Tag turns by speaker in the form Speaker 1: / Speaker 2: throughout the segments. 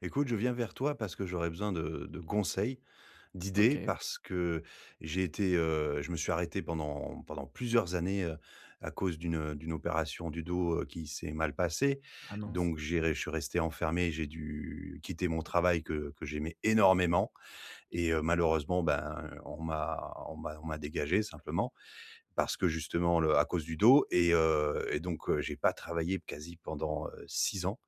Speaker 1: Écoute, je viens vers toi parce que j'aurais besoin de conseils, d'idées,
Speaker 2: OK.
Speaker 1: parce que j'ai été, je me suis arrêté pendant plusieurs années à cause d'une opération du dos qui s'est mal passée.
Speaker 2: Ah mince.
Speaker 1: Donc, je suis resté enfermé, j'ai dû quitter mon travail que j'aimais énormément. Et malheureusement, ben, on m'a dégagé simplement parce que justement, à cause du dos. Et donc, j'ai pas travaillé quasi pendant 6 ans.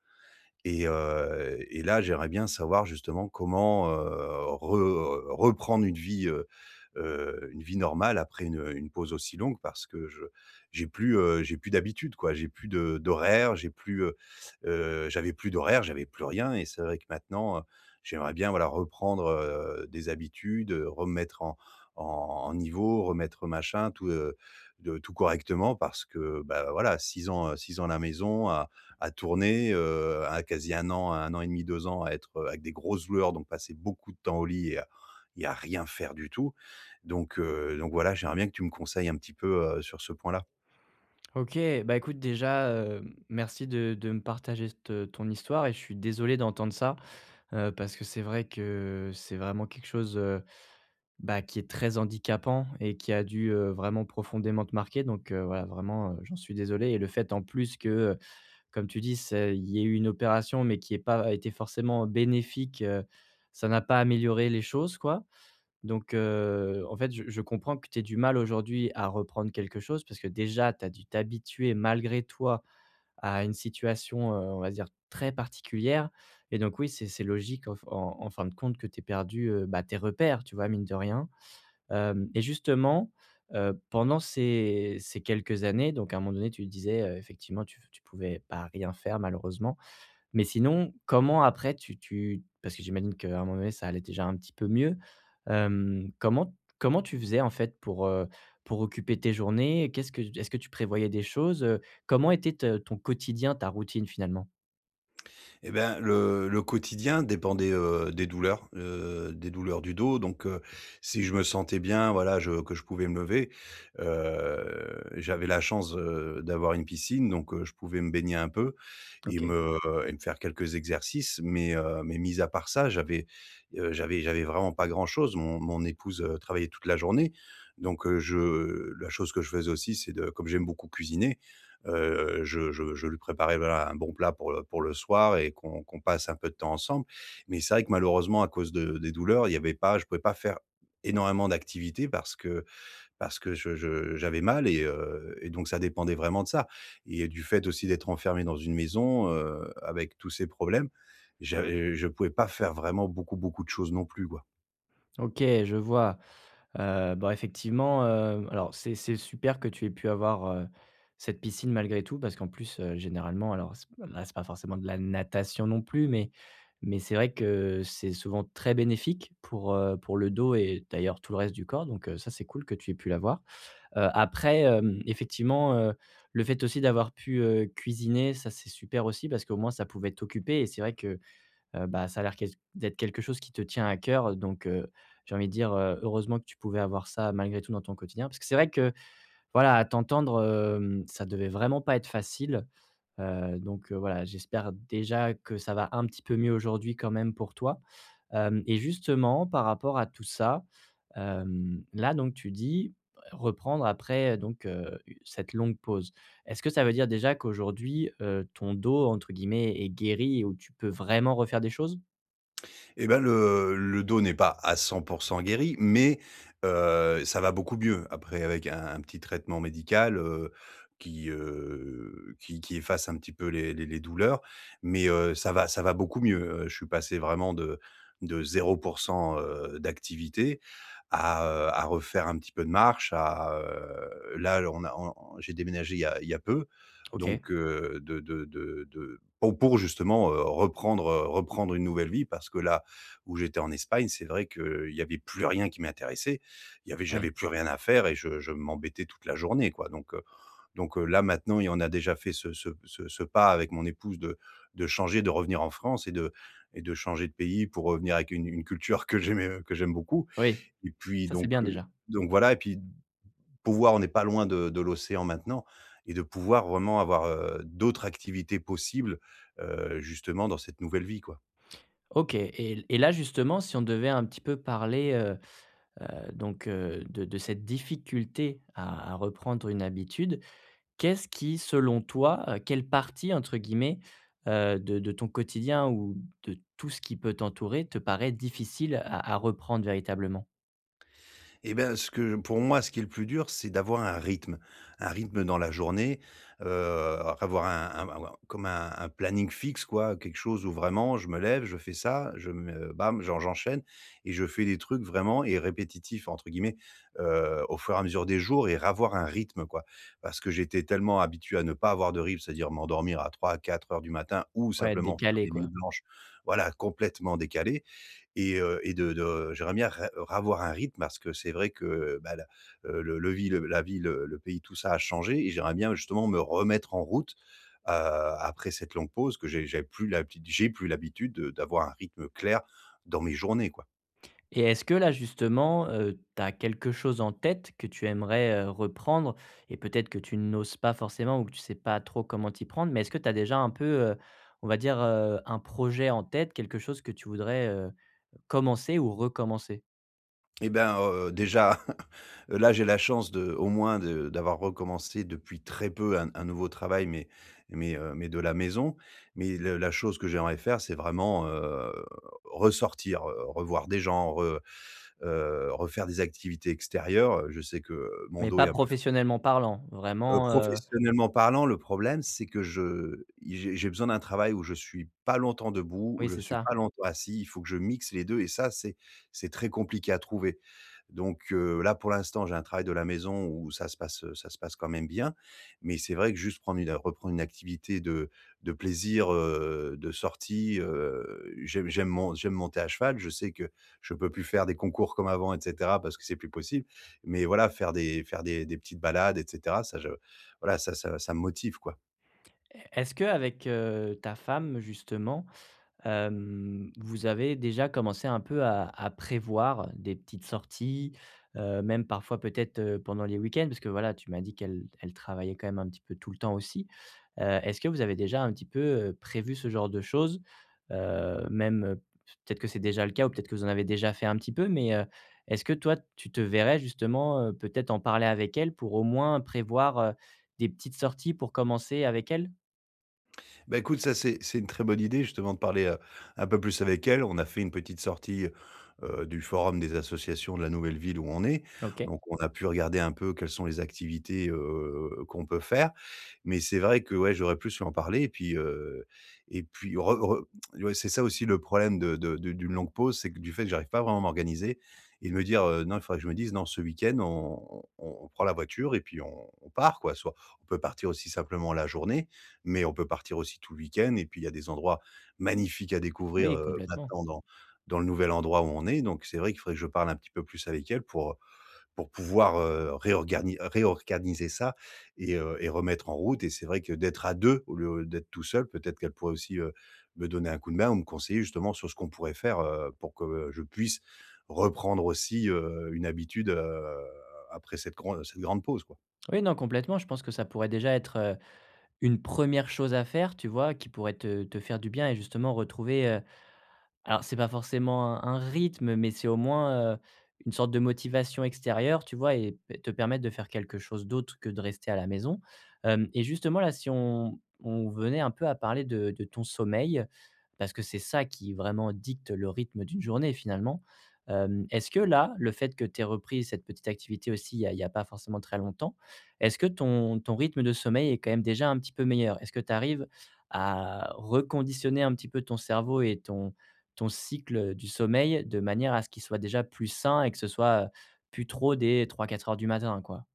Speaker 1: Et là, j'aimerais bien savoir justement comment, re reprendre une vie normale après une pause aussi longue parce que je j'ai plus d'habitude quoi. J'ai plus de d'horaire, j'ai plus, j'avais plus d'horaire, j'avais plus rien et c'est vrai que maintenant, j'aimerais bien voilà reprendre, des habitudes, remettre en niveau, remettre machin, tout, de tout correctement parce que, bah, voilà 6 ans, 6 ans à la maison à tourner, à quasi 1 an, 1 an et demi, 2 ans à être, avec des grosses douleurs, donc passer beaucoup de temps au lit et à rien faire du tout. Donc voilà, j'aimerais bien que tu me conseilles un petit peu, sur ce point-là.
Speaker 2: OK, bah, écoute déjà, merci de me partager cette ton histoire et je suis désolé d'entendre ça, parce que c'est vrai que c'est vraiment quelque chose, bah, qui est très handicapant et qui a dû, vraiment profondément te marquer donc voilà vraiment, j'en suis désolé et le fait en plus que, comme tu dis, c'est il y ait eu une opération mais qui ait pas été forcément bénéfique, ça n'a pas amélioré les choses quoi. Donc, en fait, je comprends que tu aies du mal aujourd'hui à reprendre quelque chose parce que déjà, tu as dû t'habituer malgré toi à une situation, on va dire très particulière et donc oui, c'est logique en en fin de compte que tu aies perdu, bah, tes repères, tu vois? Mine de rien, hem et justement, pendant ces quelques années, donc à un moment donné, tu disais, effectivement, tu ne pouvais pas rien faire malheureusement, mais sinon, comment après tu parce que j'imagine qu'à un moment donné, ça allait déjà un petit peu mieux. Hem, comment tu faisais en fait pour occuper tes journées? Qu'est-ce que est-ce que tu prévoyais des choses, heu? Comment était te ton quotidien, ta routine finalement?
Speaker 1: Eh ben, le quotidien dépendait, des douleurs du dos si je me sentais bien, voilà, je que je pouvais me lever, j'avais la chance, d'avoir une piscine je pouvais me baigner un peu et
Speaker 2: OK.
Speaker 1: me et me faire quelques exercices mais mis à part ça, j'avais, j'avais vraiment pas grand-chose. Mon épouse, travaillait toute la journée je la chose que je faisais aussi, c'est de comme j'aime beaucoup cuisiner, je lui préparais, voilà, un bon plat pour le soir et qu'on passe un peu de temps ensemble. Mais c'est vrai que malheureusement à cause de des douleurs, il y avait pas je pouvais pas faire énormément d'activités parce que je j'avais mal et donc ça dépendait vraiment de ça et du fait aussi d'être enfermé dans une maison, avec tous ces problèmes, mmh, j'avais je pouvais pas faire vraiment beaucoup, beaucoup de choses non plus, quoi.
Speaker 2: OK, je vois. Bah, effectivement, alors c'est super que tu aies pu avoir, cette piscine malgré tout parce qu'en plus, généralement alors c'est là, c'est pas forcément de la natation non plus, mais c'est vrai que c'est souvent très bénéfique pour le dos et d'ailleurs tout le reste du corps donc ça c'est cool que tu aies pu l'avoir. Après, hem, effectivement, le fait aussi d'avoir pu, cuisiner, ça c'est super aussi parce qu'au moins ça pouvait t'occuper et c'est vrai que bah, ça a l'air quel d'être quelque chose qui te tient à cœur donc j'ai envie de dire, heureusement que tu pouvais avoir ça malgré tout dans ton quotidien. Parce que c'est vrai que, voilà, à t'entendre, hem, ça devait vraiment pas être facile, donc voilà, j'espère déjà que ça va un petit peu mieux aujourd'hui quand même pour toi. Hem et justement par rapport à tout ça, hem, là donc tu dis reprendre après donc cette longue pause. Est-ce que ça veut dire déjà qu'aujourd'hui, ton dos entre guillemets «est guéri» et où tu peux vraiment refaire des choses?
Speaker 1: Et ben le dos n'est pas à 100% guéri, mais ça va beaucoup mieux après avec un petit traitement médical, qui efface un petit peu les douleurs, ça va beaucoup mieux, je suis passé vraiment de 0 d'activité à refaire un petit peu de marche, à, là on a on j'ai déménagé il y a peu,
Speaker 2: OK.
Speaker 1: donc de pour justement, reprendre une nouvelle vie parce que là, où j'étais en Espagne, c'est vrai qu'il y avait plus rien qui m'intéressait. Il y avait
Speaker 2: Ouais.
Speaker 1: J'avais plus rien à faire et je m'embêtais toute la journée, quoi. Là, maintenant, et on a déjà fait ce pas avec mon épouse de changer, de revenir en France et de changer de pays pour revenir avec une culture que que j'aime beaucoup
Speaker 2: Oui,
Speaker 1: et puis
Speaker 2: ça c'est bien
Speaker 1: donc heu,
Speaker 2: déjà.
Speaker 1: donc voilà, et puis pouvoir on n'est pas loin de l'océan maintenant et de pouvoir vraiment avoir, d'autres activités possibles, justement dans cette nouvelle vie, quoi.
Speaker 2: OK et là justement si on devait un petit peu parler, donc de cette difficulté à reprendre une habitude, qu'est-ce qui selon toi, quelle partie entre guillemets, de ton quotidien ou de tout ce qui peut t'entourer te paraît difficile à reprendre véritablement?
Speaker 1: Et ben, ce que pour moi, ce qui est le plus dur, c'est d'avoir un rythme. Un rythme dans la journée, heu, avoir un- comme un planning fixe quoi, quelque chose où vraiment je me lève, je fais ça, je me bam, j'en j'enchaîne et je fais des trucs vraiment et «répétitifs» entre guillemets, au fur et à mesure des jours et avoir un rythme quoi. Parce que j'étais tellement habitué à ne pas avoir de rythme, c'est-à-dire m'endormir à trois à 4 heures du matin ou
Speaker 2: Ouais,
Speaker 1: simplement faire
Speaker 2: décalé,
Speaker 1: des
Speaker 2: quoi.
Speaker 1: nuits blanches, voilà, complètement décalées, et de j'aimerais bien re ravoir un rythme parce que c'est vrai que, bah, la vie, le pays, tout ça a changé et j'aimerais bien justement me remettre en route, après cette longue pause que j'ai j'ai plus l'habitude de d'avoir un rythme clair dans mes journées, quoi.
Speaker 2: Et est-ce que là justement, tu as quelque chose en tête que tu aimerais, reprendre et peut-être que tu n'oses pas forcément ou que tu sais pas trop comment t'y prendre, mais est-ce que tu as déjà un peu, on va dire, un projet en tête, quelque chose que tu voudrais, commencer ou recommencer?
Speaker 1: Et ben, déjà, là, j'ai la chance de au moins de d'avoir recommencé depuis très peu un nouveau travail, mais de la maison, mais le la chose que j'aimerais faire, c'est vraiment, ressortir, revoir des gens, refaire des activités extérieures. Je sais que mon
Speaker 2: Mais
Speaker 1: dos
Speaker 2: pas
Speaker 1: est un peu…
Speaker 2: professionnellement parlant, vraiment,
Speaker 1: Professionnellement parlant, le problème, c'est que je j'ai besoin d'un travail où je suis pas longtemps debout, où
Speaker 2: oui,
Speaker 1: je
Speaker 2: c'est
Speaker 1: suis
Speaker 2: ça.
Speaker 1: pas longtemps assis. Il faut que je mixe les 2 et ça, c'est très compliqué à trouver. Là, pour l'instant, j'ai un travail de la maison où ça se passe quand même bien. Mais c'est vrai que juste prendre une reprendre une activité de plaisir, de sortie, j'aime monter à cheval. Je sais que je peux plus faire des concours comme avant et cetera parce que c'est plus possible. Mais voilà, faire des petites balades et cetera, ça je voilà, ça me motive, quoi.
Speaker 2: Est-ce qu'avec, ta femme justement, hem, vous avez déjà commencé un peu à prévoir des petites sorties, même parfois peut-être, pendant les week-ends? Parce que voilà, tu m'as dit qu'elle travaillait quand même un petit peu tout le temps aussi. Est-ce que vous avez déjà un petit peu, prévu ce genre de choses? Même, peut-être que c'est déjà le cas ou peut-être que vous en avez déjà fait un petit peu, mais, est-ce que toi, tu te verrais justement, peut-être en parler avec elle pour au moins prévoir, des petites sorties pour commencer avec elle?
Speaker 1: Bah, écoute, ça, c'est une très bonne idée, justement, de parler, un peu plus avec elle. On a fait une petite sortie, du forum des associations de la nouvelle ville où on est.
Speaker 2: OK,
Speaker 1: Donc on a pu regarder un peu quelles sont les activités, qu'on peut faire. Mais c'est vrai que, ouais, j'aurais plus lui en parler et puis re re ouais, c'est ça aussi le problème de d'une longue pause, c'est que du fait que j'arrive pas vraiment à m'organiser et de me dire, «Non, il faudrait que je me dise: "Non, ce week-end, on prend la voiture et puis on part", quoi». Soit on peut partir aussi simplement la journée mais on peut partir aussi tout le week-end, et puis il y a des endroits magnifiques à découvrir,
Speaker 2: oui, complètement.
Speaker 1: maintenant dans dans le nouvel endroit où on est, donc c'est vrai qu'il faudrait que je parle un petit peu plus avec elle pour pouvoir, réorganiser ça et remettre en route, et c'est vrai que d'être à 2 au lieu d'être tout seul, peut-être qu'elle pourrait aussi, me donner un coup de main ou me conseiller justement sur ce qu'on pourrait faire, pour que, je puisse reprendre aussi, une habitude, après cette grande pause, quoi.
Speaker 2: Oui, non, complètement. Je pense que ça pourrait déjà être, une première chose à faire, tu vois? Qui pourrait te faire du bien et justement retrouver, alors, c'est pas forcément un rythme, mais c'est au moins, une sorte de motivation extérieure, tu vois? Et p te permettre de faire quelque chose d'autre que de rester à la maison. Hem, et justement, là, si on venait un peu à parler de ton sommeil, parce que c'est ça qui vraiment dicte le rythme d'une journée, finalement. Hem, est-ce que là, le fait que tu aies repris cette petite activité aussi il y a pas forcément très longtemps, est-ce que ton rythme de sommeil est quand même déjà un petit peu meilleur? Est-ce que tu arrives à reconditionner un petit peu ton cerveau et ton ton cycle du sommeil de manière à ce qu'il soit déjà plus sain et que ce soit, plus trop des trois quatre heures du matin, quoi.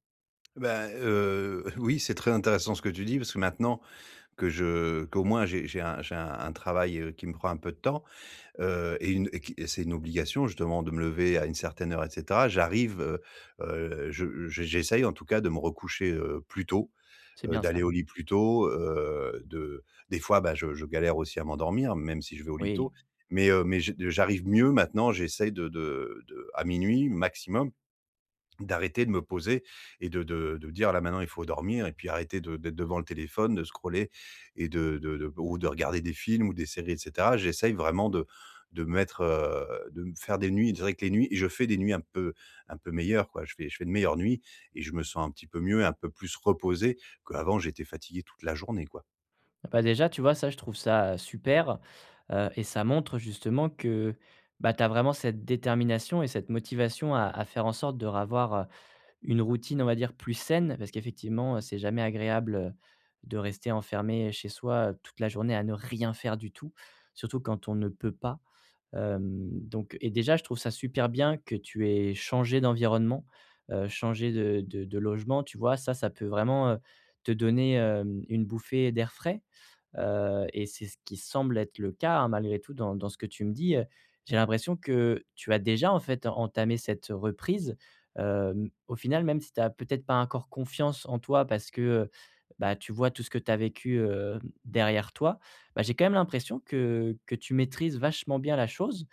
Speaker 1: Oui, c'est très intéressant ce que tu dis parce que maintenant que je qu'au moins j'ai un travail, qui me prend un peu de temps, et une et qui c'est une obligation justement de me lever à une certaine heure et cetera. J'arrive, je J'essaye en tout cas de me recoucher, plus tôt,
Speaker 2: C'est bien ça.
Speaker 1: d'aller au lit plus tôt, de des fois, bah, je galère aussi à m'endormir, même si je vais au lit tôt,
Speaker 2: Oui.
Speaker 1: mais je j'arrive mieux maintenant, j'essaye de à minuit maximum d'arrêter de me poser et de dire: «Là, maintenant, il faut dormir» et puis arrêter de d'être devant le téléphone, de scroller et de regarder des films ou des séries et cetera. J'essaye vraiment de de me faire des nuits. C'est vrai que les nuits et je fais des nuits un peu meilleures, quoi. Je fais de meilleures nuits et je me sens un petit peu mieux, un peu plus reposé qu'avant, j'étais fatigué toute la journée, quoi.
Speaker 2: Ah bah, déjà, tu vois, ça, je trouve ça super, et ça montre justement que, bah, tu as vraiment cette détermination et cette motivation à faire en sorte de ravoir, une routine, on va dire, plus saine. Parce qu'effectivement, c'est jamais agréable, de rester enfermé chez soi, toute la journée à ne rien faire du tout, surtout quand on ne peut pas. Hem, donc et déjà, je trouve ça super bien que tu aies changé d'environnement, changé de logement, tu vois? Ça peut vraiment, te donner, hem, une bouffée d'air frais, et c'est ce qui semble être le cas, hein, malgré tout dans dans ce que tu me dis. J'ai l'impression que tu as déjà, en fait, entamé cette reprise, hem, au final, même si tu as peut-être pas encore confiance en toi parce que, bah, tu vois tout ce que tu as vécu, derrière toi, bah, j'ai quand même l'impression que tu maîtrises vachement bien la chose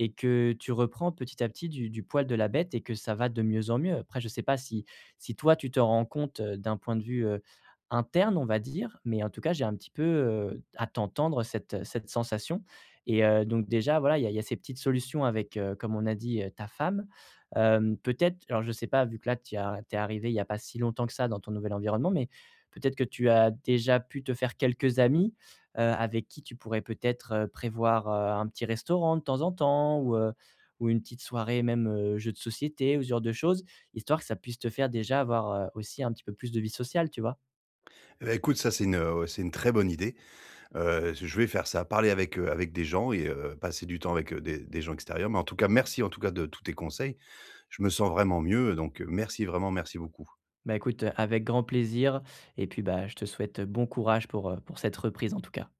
Speaker 2: et que tu reprends petit à petit du poil de la bête et que ça va de mieux en mieux. Après je ne sais pas si si toi tu te rends compte, d'un point de vue, interne on va dire, mais en tout cas j'ai un petit peu, à t'entendre cette, cette sensation et donc déjà voilà, il y a ces petites solutions avec, comme on a dit, ta femme. Hem, peut-être alors je ne sais pas vu que là tu es arrivé, il n'y a pas si longtemps que ça dans ton nouvel environnement, mais peut-être que tu as déjà pu te faire quelques amis avec qui tu pourrais peut-être, prévoir, un petit restaurant de temps en temps ou une petite soirée même, jeux de société ou ce genre de choses, histoire que ça puisse te faire déjà avoir, aussi un petit peu plus de vie sociale, tu vois?
Speaker 1: Eh beh, écoute, ça, c'est une très bonne idée. Je vais faire ça, parler avec, avec des gens, et passer du temps avec, des gens extérieurs. Mais en tout cas, merci en tout cas de tous tes conseils. Je me sens vraiment mieux, merci vraiment, merci beaucoup.
Speaker 2: Bah, écoute, avec grand plaisir et puis, bah, je te souhaite bon courage pour cette reprise en tout cas.